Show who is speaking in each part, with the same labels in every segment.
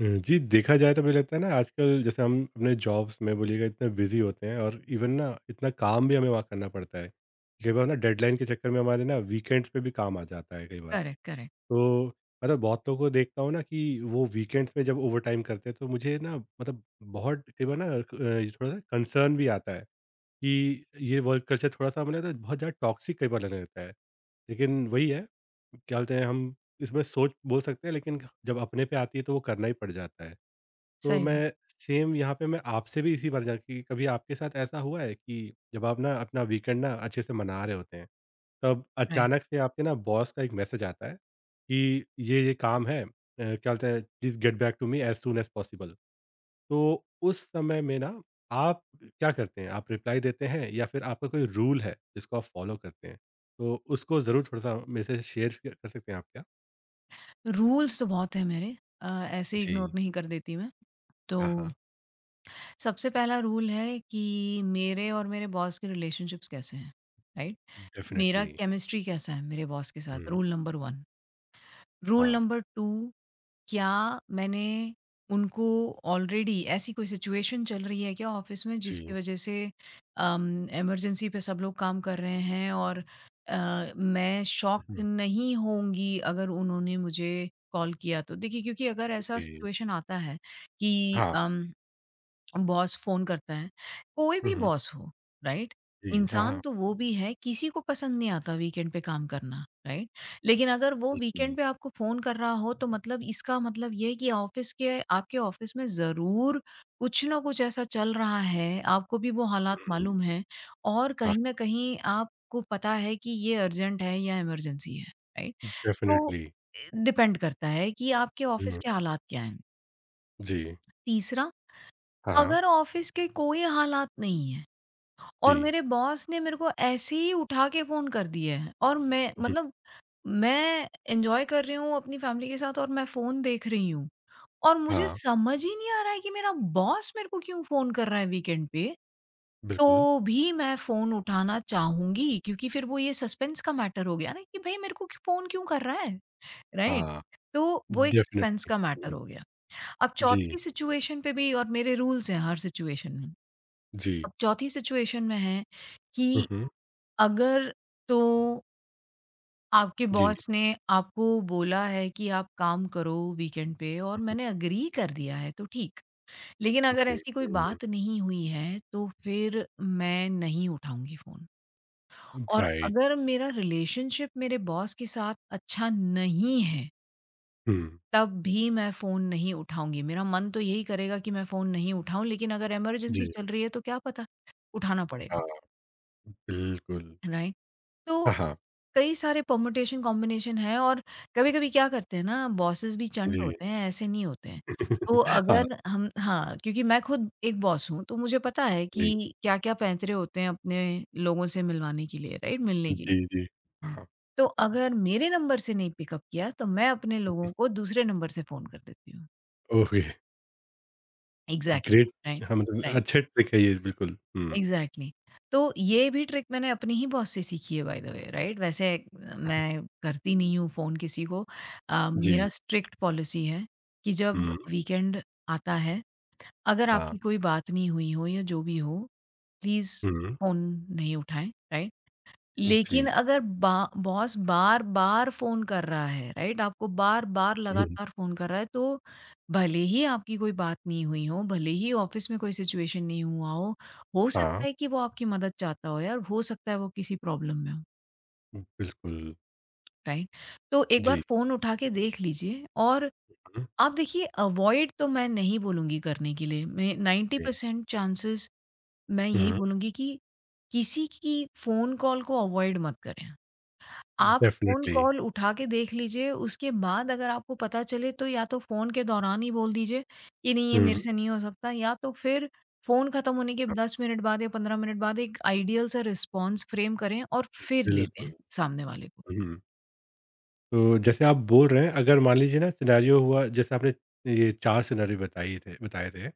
Speaker 1: हुँ, जी, देखा जाए तो मुझे लगता है ना आजकल जैसे हम अपने जॉब्स में बोलिएगा इतने बिज़ी होते हैं और इवन ना इतना काम भी हमें वहाँ करना पड़ता है। कई बार ना डेडलाइन के चक्कर में हमारे ना वीकेंड्स पे भी काम आ जाता है कई बार।
Speaker 2: Correct, correct.
Speaker 1: तो मतलब बहुत लोगों को देखता हूँ ना कि वो वीकेंड्स में जब ओवरटाइम करते हैं तो मुझे ना मतलब बहुत कई बार ना थोड़ा-सा कंसर्न भी आता है कि ये वर्क कल्चर थोड़ा-सा हमें ना बहुत ज़्यादा टॉक्सिक कई बार लगने लगता है। लेकिन वही है, क्या बोलते हैं हम इसमें सोच बोल सकते हैं लेकिन जब अपने पे आती है तो वो करना ही पड़ जाता है। तो
Speaker 2: सही में,
Speaker 1: मैं सेम यहाँ पे मैं आपसे भी इसी बारे जान कि कभी आपके साथ ऐसा हुआ है कि जब आप ना अपना वीकेंड ना अच्छे से मना रहे होते हैं, तब
Speaker 2: राइट।
Speaker 1: अचानक से आपके ना बॉस का एक मैसेज आता है कि ये काम है क्या बोलते हैं please get back to me as soon as possible. तो उस समय में ना आप क्या करते हैं? आप रिप्लाई देते हैं या फिर आपका कोई रूल है जिसको आप फ़ॉलो करते हैं? तो उसको ज़रूर थोड़ा-सा मेरे से शेयर क कर सकते हैं आप क्या?
Speaker 2: रूल्स तो बहुत हैं मेरे। ऐसे इग्नोर
Speaker 1: जी।
Speaker 2: नहीं कर देती मैं। तो
Speaker 1: हाँ, हाँ।
Speaker 2: सबसे पहला रूल है कि मेरे और मेरे बॉस के रिलेशनशिप्स कैसे हैं, राइट? मेरा
Speaker 1: डेफ़िनिटली।
Speaker 2: केमिस्ट्री कैसा है मेरे बॉस के साथ,
Speaker 1: हुँ,
Speaker 2: रूल नंबर 1। रूल
Speaker 1: हाँ।
Speaker 2: नंबर 2 क्या मैंने उनको ऑलरेडी ऐसी कोई सिचुएशन चल रही है क्या ऑफिस में जिसकी
Speaker 1: जी।
Speaker 2: वजह से इमरजेंसी पे सब लोग काम कर रहे हैं और मैं
Speaker 1: हुँ,
Speaker 2: शॉक्ड
Speaker 1: हुँ।
Speaker 2: नहीं होंगी अगर उन्होंने मुझे कॉल किया तो देखिए, क्योंकि अगर ऐसा
Speaker 1: ओके।
Speaker 2: सिचुएशन आता है कि
Speaker 1: हाँ।
Speaker 2: और बॉस फ़ोन करता है, कोई
Speaker 1: हुँ,
Speaker 2: भी
Speaker 1: हुँ।
Speaker 2: बॉस हो, राइट?
Speaker 1: जी, हाँ,
Speaker 2: इंसान
Speaker 1: हाँ।
Speaker 2: तो वो भी है, किसी को पसंद नहीं आता वीकेंड पे काम करना, राइट? लेकिन अगर वो वीकेंड
Speaker 1: बिल्कुल।
Speaker 2: पे आपको फ़ोन कर रहा हो तो मतलब इसका मतलब ये है कि ऑफ़िस के आपके ऑफ़िस में ज़रूर कुछ ना कुछ ऐसा चल रहा है, आपको भी वो हालात
Speaker 1: हुँ,
Speaker 2: मालूम हैं और
Speaker 1: हाँ,
Speaker 2: कहीं न कहीं आपको पता है कि ये अर्जेंट है या इमरजेंसी है, राइट? तो
Speaker 1: डेफ़िनेटली।
Speaker 2: डिपेंड करता है कि आपके ऑफ़िस
Speaker 1: हुँ,
Speaker 2: के हालात क्या हैं।
Speaker 1: जी।
Speaker 2: तीसरा,
Speaker 1: हाँ, हाँ।
Speaker 2: अगर ऑफिस के कोई हालात नहीं है
Speaker 1: जी।
Speaker 2: और मेरे बॉस ने मेरे को ऐसे ही उठा के फ़ोन कर दिया है और मैं
Speaker 1: हुँ,
Speaker 2: मतलब मैं एन्जॉय कर रही हूँ अपनी फैमिली के साथ और मैं फ़ोन देख रही हूँ और मुझे
Speaker 1: हाँ,
Speaker 2: समझ ही नहीं आ रहा है कि मेरा बॉस मेरे को क्यों फ़ोन कर रहा है वीकेंड पे,
Speaker 1: बिल्कुल।
Speaker 2: तो भी मैं फ़ोन उठाना चाहूँगी क्योंकि फिर वो ये सस्पेंस का मैटर हो गया ना कि भई मेरे को फ़ोन क्यों कर रहा है, राइट?
Speaker 1: हाँ,
Speaker 2: तो वो एक सस्पेंस
Speaker 1: डेफ़िनेटली।
Speaker 2: का मैटर
Speaker 1: हुँ,
Speaker 2: हो गया। अब
Speaker 1: जी,
Speaker 2: चौथी सिचुएशन पे भी और मेरे रूल्स हैं हर सिचुएशन में।
Speaker 1: जी।
Speaker 2: अब चौथी सिचुएशन में है
Speaker 1: हुँ,
Speaker 2: कि
Speaker 1: हुँ।
Speaker 2: अगर तो आपके
Speaker 1: जी।
Speaker 2: बॉस ने आपको बोला है कि आप काम करो वीकेंड पे और
Speaker 1: हुँ, हुँ।
Speaker 2: मैंने एग्री कर दिया है तो ठीक। लेकिन अगर
Speaker 1: ओके।
Speaker 2: ऐसी कोई
Speaker 1: हुँ,
Speaker 2: बात नहीं हुई है तो फिर मैं नहीं उठाऊँगी फ़ोन। और
Speaker 1: राइट।
Speaker 2: अगर मेरा रिलेशनशिप मेरे बॉस के साथ अच्छा नहीं है,
Speaker 1: हुँ,
Speaker 2: तब भी मैं फ़ोन नहीं उठाऊँगी। मेरा मन तो यही करेगा कि मैं फ़ोन नहीं उठाऊँ, लेकिन अगर इमरजेंसी
Speaker 1: जी।
Speaker 2: चल रही है तो क्या पता उठाना पड़ेगा,
Speaker 1: हाँ, बिल्कुल।
Speaker 2: राइट?
Speaker 1: हाँ,
Speaker 2: तो
Speaker 1: हाँ।
Speaker 2: कई सारे परमुटेशन कॉम्बिनेशन है और कभी-कभी क्या करते हैं ना, बॉसेस भी चंट
Speaker 1: जी।
Speaker 2: होते हैं, ऐसे नहीं होते हैं। तो
Speaker 1: हाँ,
Speaker 2: अगर हम हाँ, क्योंकि मैं खुद एक बॉस हूँ तो मुझे पता है
Speaker 1: जी।
Speaker 2: कि क्या-क्या पैंतरे होते हैं अपने लोगों से मिलवाने के लिए, राइट? मिलने के लिए।
Speaker 1: जी, जी। हाँ।
Speaker 2: तो अगर मेरे नंबर से नहीं पिकअप किया तो मैं अपने लोगों को दूसरे नंबर से फ़ोन कर देती हूँ।
Speaker 1: Okay,
Speaker 2: exactly,
Speaker 1: great.
Speaker 2: राइट,
Speaker 1: हाँ, मतलब
Speaker 2: राइट।
Speaker 1: अच्छा ट्रिक है ये बिल्कुल। हुँ,
Speaker 2: एग्जैक्टली exactly। तो ये भी ट्रिक मैंने अपनी ही बॉस से सीखी है बाय द वे, राइट? वैसे मैं करती नहीं हूँ फ़ोन किसी को।
Speaker 1: जी।
Speaker 2: मेरा स्ट्रिक्ट पॉलिसी है कि जब
Speaker 1: हुँ,
Speaker 2: वीकेंड आता है, अगर
Speaker 1: हाँ।
Speaker 2: आपकी कोई बात नहीं हुई हो या जो भी हो, प्लीज़
Speaker 1: हुँ,
Speaker 2: फ़ोन नहीं उठाएं, राइट? लेकिन
Speaker 1: जी।
Speaker 2: अगर बॉस बार बार फोन कर रहा है, राइट, आपको बार बार
Speaker 1: हुँ,
Speaker 2: लगातार फोन कर रहा है, तो भले ही आपकी कोई बात नहीं हुई हो, भले ही ऑफिस में कोई सिचुएशन नहीं हुआ हो
Speaker 1: हाँ।
Speaker 2: सकता है कि वो आपकी मदद चाहता हो यार, हो सकता है वो किसी प्रॉब्लम में हो,
Speaker 1: बिल्कुल,
Speaker 2: राइट? तो एक बार
Speaker 1: जी।
Speaker 2: फोन उठा के देख लीजिए। और
Speaker 1: हुँ,
Speaker 2: आप देखिए, अवॉइड तो मैं नहीं बोलूंगी करने के लिए। मैं नाइन्टी
Speaker 1: जी।
Speaker 2: परसेंट चांसेस मैं यही
Speaker 1: हुँ,
Speaker 2: बोलूंगी कि किसी की फोन कॉल को अवॉइड मत करें। आप फ़ोन
Speaker 1: डेफ़िनेटली।
Speaker 2: कॉल उठा के देख लीजिए, उसके बाद अगर आपको पता चले तो या तो फ़ोन के दौरान ही बोल दीजिए कि नहीं ये
Speaker 1: हुँ,
Speaker 2: मेरे से नहीं हो सकता, या तो फिर फ़ोन खत्म होने के
Speaker 1: हाँ।
Speaker 2: 10 मिनट बाद या 15 मिनट बाद एक आइडियल सा रिस्पॉन्स फ्रेम करें और फिर दे दें
Speaker 1: बिल्कुल।
Speaker 2: सामने वाले को।
Speaker 1: हुँ, तो जैसे आप बोल रहे हैं अगर मान लीजिए ना सिनेरियो हुआ जैसे आपने ये 4 सिनेरियो बताई थे बताए थे,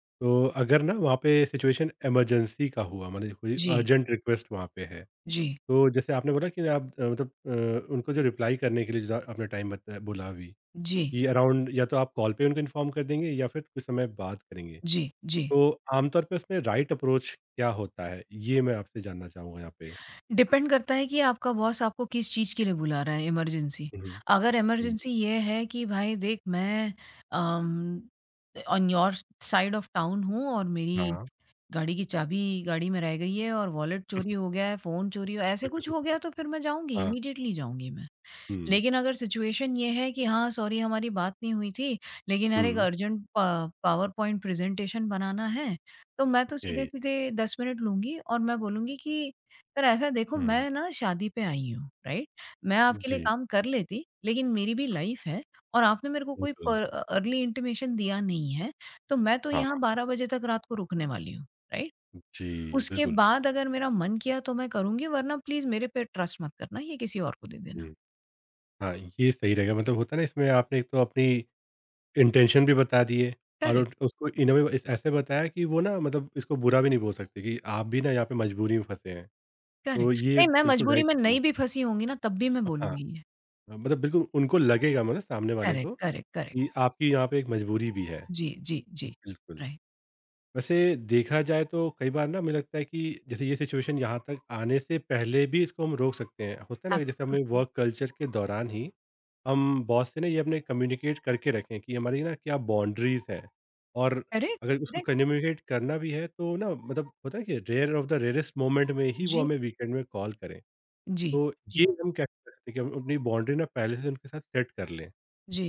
Speaker 1: तो अगर ना वहाँ पे सिचुएशन इमरजेंसी का हुआ मान लीजिए कोई
Speaker 2: जी,
Speaker 1: अर्जेंट रिक्वेस्ट वहाँ पे है,
Speaker 2: जी,
Speaker 1: तो जैसे आपने बोला कि आप मतलब उनको जो रिप्लाई करने के लिए जो आपने टाइम बताया बोला अभी,
Speaker 2: जी,
Speaker 1: कि अराउंड या तो आप कॉल पे उनको इन्फॉर्म कर देंगे या फिर कुछ समय बाद करेंगे।
Speaker 2: जी, जी।
Speaker 1: तो आमतौर पे उसमें राइट अप्रोच क्या होता है? ये मैं आपसे जानना चाहूँगा यहाँ पे?
Speaker 2: डिपेंड करता है कि आपका बॉस आपको किस चीज़ के लिए बुला रहा है इमरजेंसी।
Speaker 1: हुँ,
Speaker 2: अगर
Speaker 1: हुँ।
Speaker 2: इमरजेंसी ये है कि भाई देख मैं um, on your side of town हूँ और मेरी
Speaker 1: हाँ।
Speaker 2: गाड़ी की चाबी गाड़ी में रह गई है और वॉलेट चोरी हो गया है, फ़ोन चोरी हो ऐसे कुछ हो गया, तो फिर मैं जाऊँगी,
Speaker 1: हाँ,
Speaker 2: इमीडिएटली जाऊँगी मैं।
Speaker 1: हुँ,
Speaker 2: लेकिन अगर सिचुएशन ये है कि हाँ, सॉरी हमारी बात नहीं हुई थी, लेकिन यार एक
Speaker 1: हुँ,
Speaker 2: अर्जेंट पा पावर पॉइंट प्रेज़ेंटेशन बनाना है, तो मैं तो
Speaker 1: ओके,
Speaker 2: सीधे-सीधे 10 मिनट लूँगी और मैं बोलूँगी कि सर ऐसा है देखो,
Speaker 1: हुँ,
Speaker 2: मैं ना शादी पे आई हूँ, राइट? मैं आपके लिए
Speaker 1: जी,
Speaker 2: काम कर लेती, लेकिन मेरी भी लाइफ़ है और आपने मेरे को कोई
Speaker 1: बिल्कुल।
Speaker 2: पर अर्ली इंटिमेशन दिया नहीं है, तो मैं तो यहाँ
Speaker 1: हाँ।
Speaker 2: 12 बजे तक रात को रुकने वाली हूँ, राइट?
Speaker 1: जी,
Speaker 2: उसके
Speaker 1: बिल्कुल,
Speaker 2: बाद अगर मेरा मन किया तो मैं करूँगी, वरना प्लीज़ मेरे पे ट्रस्ट मत करना, ये किसी और को दे देना।
Speaker 1: हुँ, हाँ, ये सही रहेगा मतलब होता है ना इसमें आपने एक तो अपनी इंटेंशन भी बता दिए और
Speaker 2: करेक्ट,
Speaker 1: उट उसको इन अ वे इस ऐसे बताया कि वो ना मतलब इसको बुरा भी नहीं बोल सकते कि आप भी ना यहाँ पे मजबूरी में फँसे हैं। तो
Speaker 2: करेक्ट।
Speaker 1: ये
Speaker 2: नहीं, मैं
Speaker 1: बिल्कुल
Speaker 2: मजबूरी
Speaker 1: राइट
Speaker 2: में नहीं भी फँसी होंगी ना तब भी मैं
Speaker 1: हाँ,
Speaker 2: बोलूँगी ये।
Speaker 1: हाँ, मतलब बिल्कुल उनको लगेगा मतलब सामने वाले
Speaker 2: करेक्ट,
Speaker 1: को
Speaker 2: करेक्ट, करेक्ट।
Speaker 1: ये आपकी यहाँ पे एक मजबूरी भी है।
Speaker 2: जी, जी, जी।
Speaker 1: बिल्कुल,
Speaker 2: राइट।
Speaker 1: वैसे देखा जाए तो कई बार ना मुझे लगता है कि जैसे ये सिचुएशन यहाँ तक आने से पहले भी इसको हम रोक सकते हैं। होता है ना कि जैसे हमें
Speaker 2: एब्सोल्युटली।
Speaker 1: वर्क कल्चर के दौरान ही हम बॉस से ना ये अपने कम्युनिकेट करके रखें कि हमारी ना क्या बाउंड्रीज़ हैं और
Speaker 2: करेक्ट,
Speaker 1: अगर उसको
Speaker 2: करेक्ट।
Speaker 1: कम्युनिकेट करना भी है तो ना मतलब होता है कि rare of the rarest moment में ही वो
Speaker 2: जी,
Speaker 1: हमें वीकेंड में कॉल करें।
Speaker 2: जी,
Speaker 1: तो ये
Speaker 2: जी,
Speaker 1: हम कैसे कर सकते हैं कि हम अपनी बाउंड्री ना पहले से उनके साथ सेट कर लें?
Speaker 2: जी।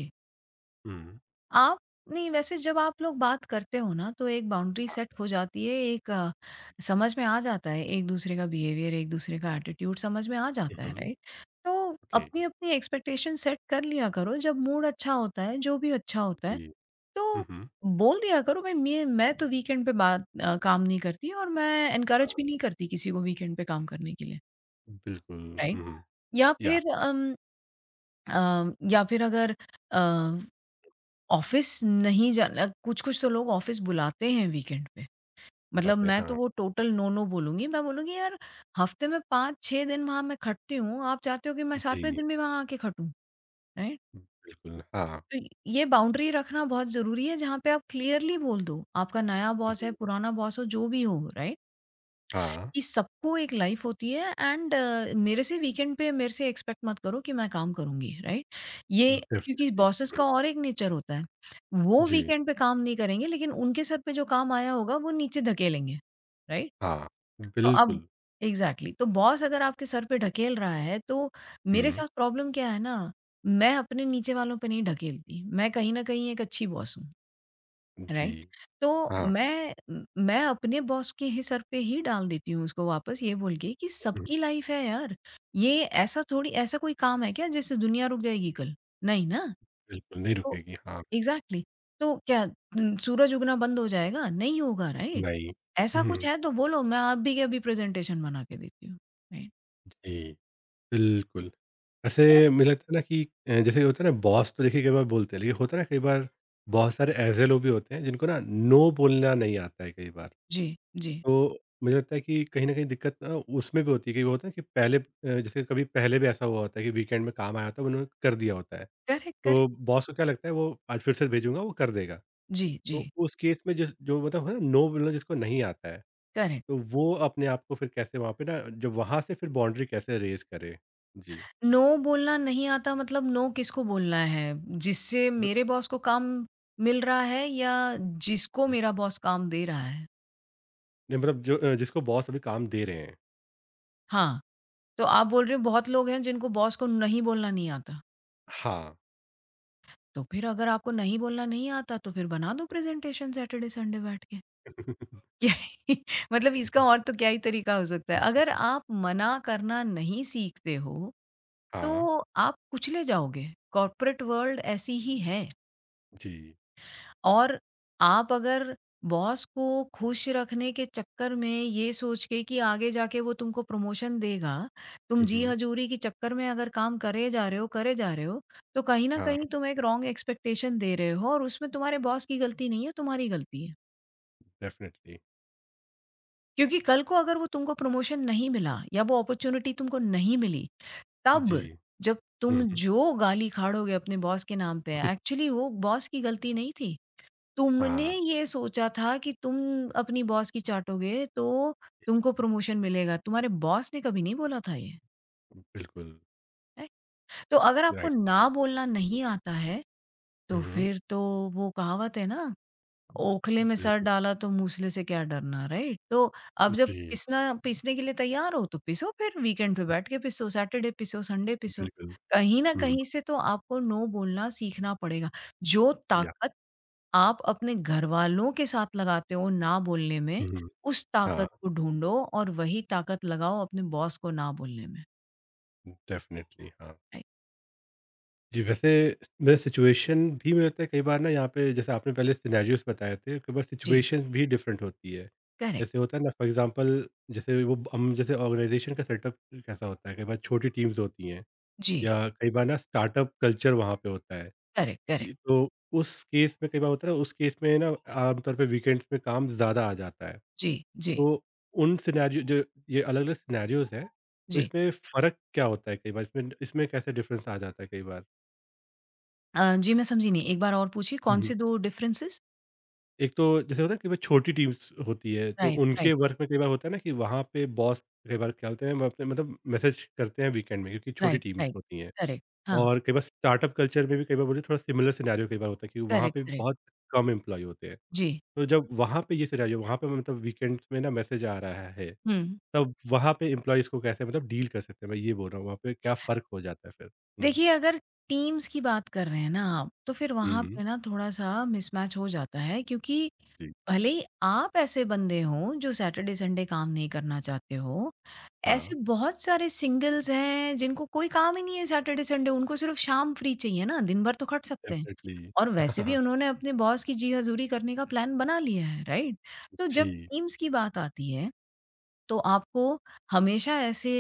Speaker 1: हुँ।
Speaker 2: आप, नहीं, वैसे जब आप लोग बात करते हो ना तो एक बाउंड्री सेट हो जाती है। एक समझ में आ जाता है एक दूसरे का बिहेवियर, एक दूसरे का एटीट्यूड समझ में आ जाता
Speaker 1: हुँ,
Speaker 2: है,
Speaker 1: हुँ।
Speaker 2: राइट? तो
Speaker 1: ओके।
Speaker 2: अपनी अपनी एक्सपेक्टेशन सेट कर लिया करो जब मूड अच्छा होता है, जो भी अच्छा होता है।
Speaker 1: जी। हुँ,
Speaker 2: तो
Speaker 1: हुँ।
Speaker 2: बोल दिया करो भाई, मैं तो वीकेंड पे बात काम नहीं करती और मैं इनकरेज
Speaker 1: हाँ।
Speaker 2: भी नहीं करती किसी को वीकेंड पे काम करने के लिए,
Speaker 1: बिल्कुल,
Speaker 2: राइट?
Speaker 1: हुँ, हुँ।
Speaker 2: या
Speaker 1: या
Speaker 2: फिर या फिर अगर ऑफ़िस नहीं जाना, कुछ-कुछ तो लोग ऑफ़िस बुलाते हैं वीकेंड पे। मतलब
Speaker 1: बाप रे!
Speaker 2: मैं
Speaker 1: हाँ,
Speaker 2: तो वो टोटल नो-नो बोलूँगी। मैं बोलूँगी यार, हफ़्ते में 5-6 दिन वहाँ मैं खटती हूँ, आप चाहते हो कि मैं 7वें
Speaker 1: जी,
Speaker 2: दिन भी वहाँ आके खटूँ, राइट?
Speaker 1: बिल्कुल, हाँ,
Speaker 2: तो ये बाउंड्री रखना बहुत ज़रूरी है, जहाँ पे आप क्लियरली बोल दो। आपका नया बॉस है,
Speaker 1: जी,
Speaker 2: पुराना बॉस हो, जो भी हो, राइट?
Speaker 1: हाँ,
Speaker 2: कि सबको एक लाइफ होती है एंड मेरे से वीकेंड पे मेरे से एक्सपेक्ट मत करो कि मैं काम करूँगी, राइट? ये क्योंकि
Speaker 1: डेफ़िनिटली।
Speaker 2: बॉसेस
Speaker 1: हुँ,
Speaker 2: का और एक नेचर होता है। वो
Speaker 1: जी,
Speaker 2: वीकेंड पे काम नहीं करेंगे, लेकिन उनके सर पे जो काम आया होगा वो नीचे धकेलेंगे, राइट?
Speaker 1: हाँ,
Speaker 2: तो अब
Speaker 1: बिल्कुल,
Speaker 2: एग्ज़ैक्टली तो बॉस अगर आपके सर पे ढकेल रहा है तो मेरे
Speaker 1: हुँ,
Speaker 2: साथ प्रॉब्लम क्या है ना, मैं अपने नीचे वालों पे नहीं ढकेलती। मैं कहीं न कहीं एक अच्छी बॉस हूँ,
Speaker 1: जी,
Speaker 2: राइट। तो
Speaker 1: हाँ,
Speaker 2: मैं अपने बॉस के ही सर पे ही डाल देती हूँ उसको वापस ये बोल के कि
Speaker 1: हुँ,
Speaker 2: सबकी लाइफ़ है यार। ये ऐसा थोड़ी, ऐसा कोई काम है क्या जिससे दुनिया रुक जाएगी कल? नहीं ना।
Speaker 1: बिल्कुल नहीं
Speaker 2: तो
Speaker 1: रुकेगी, हाँ,
Speaker 2: एग्ज़ैक्टली तो क्या सूरज उगना बंद हो जाएगा? नहीं होगा, राइट?
Speaker 1: नहीं,
Speaker 2: ऐसा कुछ
Speaker 1: हुँ,
Speaker 2: है तो बोलो, मैं अभी के अभी प्रेज़ेंटेशन बना के देती हूँ, राइट?
Speaker 1: जी, बिल्कुल। वैसे
Speaker 2: करेक्ट।
Speaker 1: मुझे लगता है ना कि जैसे होता है ना बॉस तो देखिए कई बार बोलते हैं, लेकिन होता है ना कई बार बहुत सारे ऐसे लोग भी होते हैं जिनको ना नो बोलना नहीं आता है कई बार।
Speaker 2: जी, जी।
Speaker 1: तो मुझे लगता है कि कहीं न कहीं दिक्कत ना उसमें भी होती है कि वो होता है कि पहले जैसे कभी पहले भी ऐसा हुआ होता है कि वीकेंड में काम आया होता है, उन्होंने कर दिया होता है।
Speaker 2: Correct, correct.
Speaker 1: तो बॉस को क्या लगता है वो आज फिर से भेजूँगा वो कर देगा।
Speaker 2: जी,
Speaker 1: तो
Speaker 2: जी।
Speaker 1: उस केस में जिस जो मतलब है ना नो बोलना जिसको नहीं आता है,
Speaker 2: करेक्ट।
Speaker 1: तो वो अपने आप को फिर कैसे वहाँ पे ना जब वहाँ से फिर बाउंड्री कैसे रेज़ करे? जी।
Speaker 2: नो बोलना नहीं आता मतलब नो किसको बोलना है? जिससे
Speaker 1: मतलब
Speaker 2: मेरे बॉस को काम मिल रहा है या जिसको मेरा बॉस काम दे रहा है?
Speaker 1: नहीं मतलब जो जिसको बॉस अभी काम दे रहे हैं।
Speaker 2: हाँ, तो आप बोल रहे हो बहुत लोग हैं जिनको बॉस को नहीं बोलना नहीं आता।
Speaker 1: हाँ।
Speaker 2: तो फिर अगर आपको नहीं बोलना नहीं आता तो फिर बना दो प्रेज़ेंटेशन सैटरडे संडे बैठ के। क्या ही, मतलब इसका और तो क्या ही तरीका हो सकता है? अगर आप मना करना नहीं सीखते हो,
Speaker 1: हाँ।
Speaker 2: तो आप कुचले जाओगे। कॉर्पोरेट वर्ल्ड ऐसी ही है।
Speaker 1: जी।
Speaker 2: और आप अगर बॉस को खुश रखने के चक्कर में ये सोच के कि आगे जाके वो तुमको प्रमोशन देगा, तुम
Speaker 1: हुँ,
Speaker 2: जी
Speaker 1: हुँ।
Speaker 2: हजूरी के चक्कर में अगर काम करे जा रहे हो, करे जा रहे हो, तो कहीं न
Speaker 1: हाँ,
Speaker 2: कहीं तुम एक रॉन्ग एक्सपेक्टेशन दे रहे हो और उसमें तुम्हारे बॉस की गलती नहीं है, तुम्हारी गलती है।
Speaker 1: डेफ़िनिटली।
Speaker 2: क्योंकि कल को अगर वो तुमको प्रमोशन नहीं मिला या वो अपॉर्च्युनिटी तुमको नहीं मिली, तब
Speaker 1: जी।
Speaker 2: जब तुम
Speaker 1: हुँ, हुँ।
Speaker 2: जो गाली खाड़ोगे अपने बॉस के नाम पे, एक्चुअली वो बॉस की गलती नहीं थी। तुमने
Speaker 1: हाँ।
Speaker 2: ये सोचा था कि तुम अपनी बॉस की चाटोगे तो तुमको प्रमोशन मिलेगा। तुम्हारे बॉस ने कभी नहीं बोला था ये,
Speaker 1: बिल्कुल,
Speaker 2: राइट? तो अगर आपको
Speaker 1: राइट।
Speaker 2: ना बोलना नहीं आता है,
Speaker 1: हुँ,
Speaker 2: तो
Speaker 1: हुँ,
Speaker 2: फिर तो वो कहावत है ना, ओखले में सर
Speaker 1: बिल्कुल,
Speaker 2: डाला तो मूसले से क्या डरना, राइट? तो अब जब
Speaker 1: जी,
Speaker 2: पिसना पिसने के लिए तैयार हो तो पिसो, फिर वीकेंड पे बैठ के पिसो, सैटरडे पिसो, संडे पिसो।
Speaker 1: बिल्कुल।
Speaker 2: कहीं न
Speaker 1: हुँ,
Speaker 2: कहीं से तो आपको नो बोलना सीखना पड़ेगा। जो
Speaker 1: या
Speaker 2: ताकत आप अपने घरवालों के साथ लगाते हो ना बोलने में,
Speaker 1: हुँ,
Speaker 2: उस
Speaker 1: हाँ,
Speaker 2: ताकत को ढूँढो और वही ताकत लगाओ अपने बॉस को ना बोलने में।
Speaker 1: डेफ़िनेटली हाँ।
Speaker 2: राइट,
Speaker 1: जी, वैसे मैं सिचुएशन भी मुझे लगता है कई बार ना यहाँ पे जैसे आपने पहले सिनेरियोज़ बताए थे, कई बार
Speaker 2: जी,
Speaker 1: सिचुएशन भी डिफरेंट होती है।
Speaker 2: करेक्ट,
Speaker 1: जैसे होता है ना फॉर एग्ज़ाम्पल जैसे वो हम जैसे ऑर्गनाइज़ेशन का सेटअप कैसा होता है, कई बार छोटी टीम्स होती हैं
Speaker 2: जी,
Speaker 1: या कई बार ना स्टार्टअप कल्चर वहाँ पे होता है।
Speaker 2: करेक्ट, करेक्ट,
Speaker 1: ये तो उस केस में कई बार होता है ना, उस केस में ना आम तौर पे वीकेंड्स में काम ज़्यादा आ जाता है।
Speaker 2: जी, जी,
Speaker 1: तो उन सिनेरियो जो ये अलग-अलग सिनेरियोज़ हैं, तो
Speaker 2: जी।
Speaker 1: इसमें फ़र्क क्या होता है कई बार? इसमें इसमें कैसे डिफ़रेंस आ जाता है कई बार?
Speaker 2: जी, मैं समझी नहीं, एक बार और पूछिए कौन
Speaker 1: हुँ, हुँ।
Speaker 2: से 2 डिफरेंसेस?
Speaker 1: एक तो जैसे होता है कई बार छोटी टीम्स होती है, तो
Speaker 2: राइट,
Speaker 1: उनके
Speaker 2: राइट,
Speaker 1: वर्क में कई बार होता है ना कि वहाँ पे बॉस कई बार क्या होते हैं वो अपने मतलब मैसेज करते हैं वीकेंड में क्योंकि छोटी
Speaker 2: राइट,
Speaker 1: टीम्स
Speaker 2: राइट,
Speaker 1: होती हैं।
Speaker 2: करेक्ट, हाँ,
Speaker 1: और कई बार स्टार्टअप कल्चर में भी कई बार बोलिए थोड़ा सिमिलर सिनेरियो कई बार होता है कि वहाँ
Speaker 2: करेक्ट,
Speaker 1: पे
Speaker 2: करेक्ट,
Speaker 1: बहुत कम एम्प्लॉयी होते हैं।
Speaker 2: जी,
Speaker 1: तो जब वहाँ पे ये सिनेरियो वहाँ पे मतलब वीकेंड्स में ना मैसेज आ रहा है,
Speaker 2: हुँ।
Speaker 1: तब वहाँ पे एम्प्लॉइज़ को कैसे मतलब डील कर सकते हैं? मैं ये बोल रहा हूँ, वहाँ पे क्या फ़र्क हो जाता है फिर? हुँ,
Speaker 2: देखिए, अगर टीम्स की बात कर रहे हैं ना आप, तो फिर वहाँ
Speaker 1: हुँ,
Speaker 2: पे ना थोड़ा-सा मिसमैच हो जाता है क्योंकि
Speaker 1: जी,
Speaker 2: भले ही आप ऐसे बंदे हो जो सैटरडे संडे काम नहीं करना चाहते हो,
Speaker 1: हाँ,
Speaker 2: ऐसे बहुत सारे सिंगल्स हैं जिनको कोई काम ही नहीं है सैटरडे संडे, उनको सिर्फ शाम फ्री चाहिए ना, दिन भर तो खट सकते हैं।
Speaker 1: डेफ़िनेटली।
Speaker 2: और वैसे भी उन्होंने अपने बॉस की जी हजूरी करने का प्लान बना लिया है, राइट? तो जब
Speaker 1: जी,
Speaker 2: टीम्स की बात आती है, तो आपको हमेशा ऐसे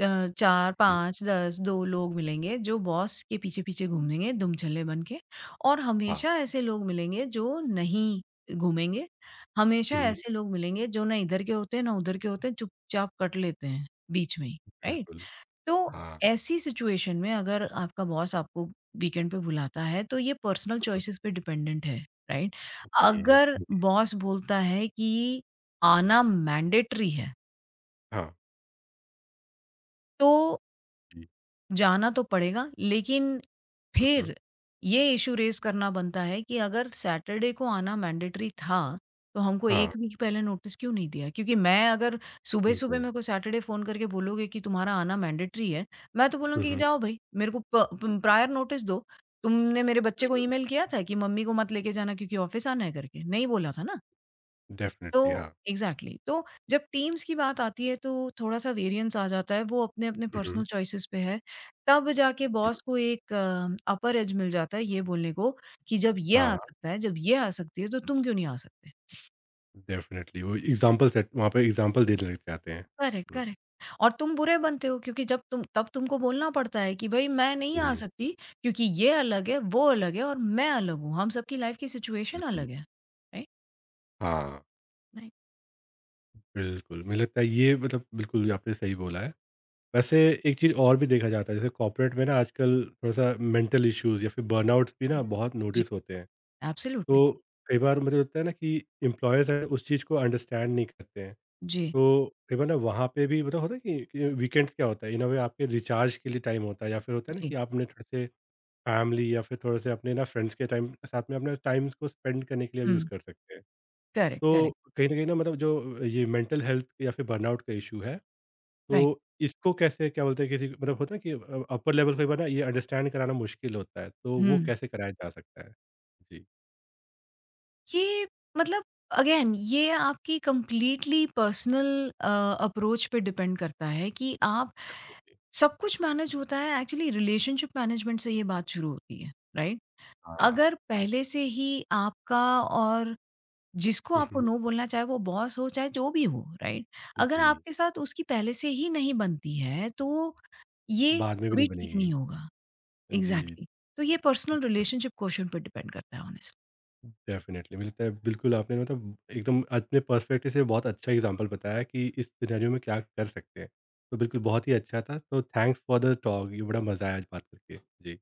Speaker 2: अ, 4,
Speaker 1: हुँ,
Speaker 2: 5, 10, 2 लोग मिलेंगे जो बॉस के पीछे-पीछे घूमेंगे दुमछल्ले बन के, और
Speaker 1: हाँ,
Speaker 2: हमेशा ऐसे लोग मिलेंगे जो नहीं घूमेंगे। हमेशा
Speaker 1: हुँ,
Speaker 2: ऐसे लोग मिलेंगे जो ना इधर के होते हैं, ना उधर के होते हैं, चुपचाप कट लेते हैं बीच में ही, राइट?
Speaker 1: बिल्कुल,
Speaker 2: तो
Speaker 1: हाँ,
Speaker 2: ऐसी सिचुएशन में अगर आपका बॉस आपको वीकेंड पे बुलाता है, तो ये पर्सनल
Speaker 1: हुँ, हुँ,
Speaker 2: चॉइसेस पे डिपेंडेंट है, राइट?
Speaker 1: जी, हुँ,
Speaker 2: अगर बॉस बोलता है कि आना मैंडेटरी है,
Speaker 1: हाँ,
Speaker 2: तो
Speaker 1: जी,
Speaker 2: जाना तो पड़ेगा, लेकिन
Speaker 1: हुँ, हुँ,
Speaker 2: फिर ये इश्यू रेज़ करना बनता है कि अगर सैटरडे को आना मैंडेटरी था, तो हमको
Speaker 1: हाँ,
Speaker 2: 1 वीक पहले नोटिस क्यों नहीं दिया? क्योंकि मैं अगर सुबह-सुबह
Speaker 1: बिल्कुल,
Speaker 2: मेरे को सैटरडे फ़ोन करके बोलोगे कि तुम्हारा आना मैंडेटरी है, मैं तो
Speaker 1: हुँ,
Speaker 2: बोलूँगी कि
Speaker 1: हुँ,
Speaker 2: जाओ भई, मेरे को प प प्रायर नोटिस दो। तुमने मेरे बच्चे को
Speaker 1: बिल्कुल,
Speaker 2: ईमेल किया था कि मम्मी को मत लेके जाना क्योंकि ऑफ़िस आना है करके? नहीं बोला था ना। तो
Speaker 1: डेफ़िनेटली हाँ,
Speaker 2: एग्ज़ैक्टली तो जब टीम्स की बात आती है तो थोड़ा-सा वेरिएंस आ जाता है, वो अपने-अपने
Speaker 1: हुँ, हुँ,
Speaker 2: पर्सनल चॉइसेस पे है। तब जाके
Speaker 1: हुँ,
Speaker 2: बॉस को एक अपर एज मिल जाता है ये बोलने को कि जब ये आ
Speaker 1: हाँ,
Speaker 2: सकता है, जब ये आ सकती है तो तुम क्यों नहीं आ सकते?
Speaker 1: डेफ़िनेटली वो एग्ज़ाम्पल सेट वहाँ पे एग्ज़ाम्पल देने लग जाते हैं।
Speaker 2: करेक्ट,
Speaker 1: हुँ,
Speaker 2: करेक्ट। और तुम बुरे बनते हो क्योंकि जब तुम तब तुमको बोलना पड़ता है कि भई मैं नहीं आ
Speaker 1: हुँ,
Speaker 2: सकती क्योंकि ये अलग है, वो अलग है और मैं अलग हूँ। हम सबकी लाइफ़ की सिचुएशन
Speaker 1: बिल्कुल,
Speaker 2: अलग है, राइट?
Speaker 1: हाँ,
Speaker 2: राइट।
Speaker 1: बिल्कुल, मुझे लगता है ये मतलब बिल्कुल आपने सही बोला है। वैसे एक चीज़ और भी देखा जाता है जैसे कॉर्पोरेट में ना आजकल थोड़ा-सा मेंटल इश्यूज़ या फिर बर्नआउट्स भी ना
Speaker 2: जी।
Speaker 1: बहुत
Speaker 2: जी,
Speaker 1: नोटिस होते हैं। तो
Speaker 2: एब्सोल्यूटली।
Speaker 1: कई बार मुझे लगता है ना कि एम्प्लॉयर्स हैं उस चीज़ को अंडरस्टैंड नहीं करते हैं।
Speaker 2: जी,
Speaker 1: तो कई बार ना वहाँ पे भी मतलब होता है कि वीकेंड्स क्या होता है इन अ वे आपके रिचार्ज के लिए टाइम होता है या फिर होता है ना
Speaker 2: जी।
Speaker 1: कि आपने थोड़े-से फैमिली या फिर थोड़े-से अपने ना फ्रेंड्स के टाइम साथ में अपने टाइम को स्पेंड करने के लिए यूज़
Speaker 2: हुँ,
Speaker 1: कर सकते हैं।
Speaker 2: करेक्ट,
Speaker 1: तो
Speaker 2: करेक्ट,
Speaker 1: कहीं न कहीं ना मतलब जो ये मेंटल हेल्थ या फिर बर्नआउट का इश्यू है तो
Speaker 2: राइट।
Speaker 1: इसको कैसे क्या बोलते हैं किसी मतलब होता है कि अपर लेवल को एक बार ना ये अंडरस्टैंड कराना मुश्किल होता है, तो वो
Speaker 2: हुँ।
Speaker 1: कैसे कराया जा सकता है? जी।
Speaker 2: ये मतलब अगेन ये आपकी कंप्लीटली पर्सनल अ, अप्रोच पे डिपेंड करता है कि आप
Speaker 1: डेफ़िनिटली,
Speaker 2: सब कुछ मैनेज होता है एक्चुअली रिलेशनशिप मैनेजमेंट से ये बात शुरू होती है, राइट?
Speaker 1: हाँ।
Speaker 2: अगर पहले से ही आपका और जिसको
Speaker 1: हुँ,
Speaker 2: आपको
Speaker 1: हुँ।
Speaker 2: नो बोलना चाहे वो बॉस हो चाहे जो भी हो, राइट? अगर
Speaker 1: जी,
Speaker 2: आपके साथ उसकी पहले से ही नहीं बनती है तो ये
Speaker 1: बाद में भी नहीं
Speaker 2: कभी ठीक
Speaker 1: बनेगी।
Speaker 2: नहीं होगा।
Speaker 1: जी,
Speaker 2: एग्ज़ैक्टली तो ये पर्सनल
Speaker 1: डेफ़
Speaker 2: रिलेशनशिप क्वेश्चन पे डिपेंड करता है ऑनेस्टली।
Speaker 1: डेफ़िनिटली मुझे लगता है बिल्कुल आपने मतलब एकदम अपने पर्सपेक्टिव से बहुत अच्छा एग्ज़ाम्पल बताया कि इस सिनेरियो में क्या कर सकते हैं। तो बिल्कुल बहुत ही अच्छा था, तो थैंक्स फॉर द टॉक ये बड़ा मज़ा आया आज बात करके। जी।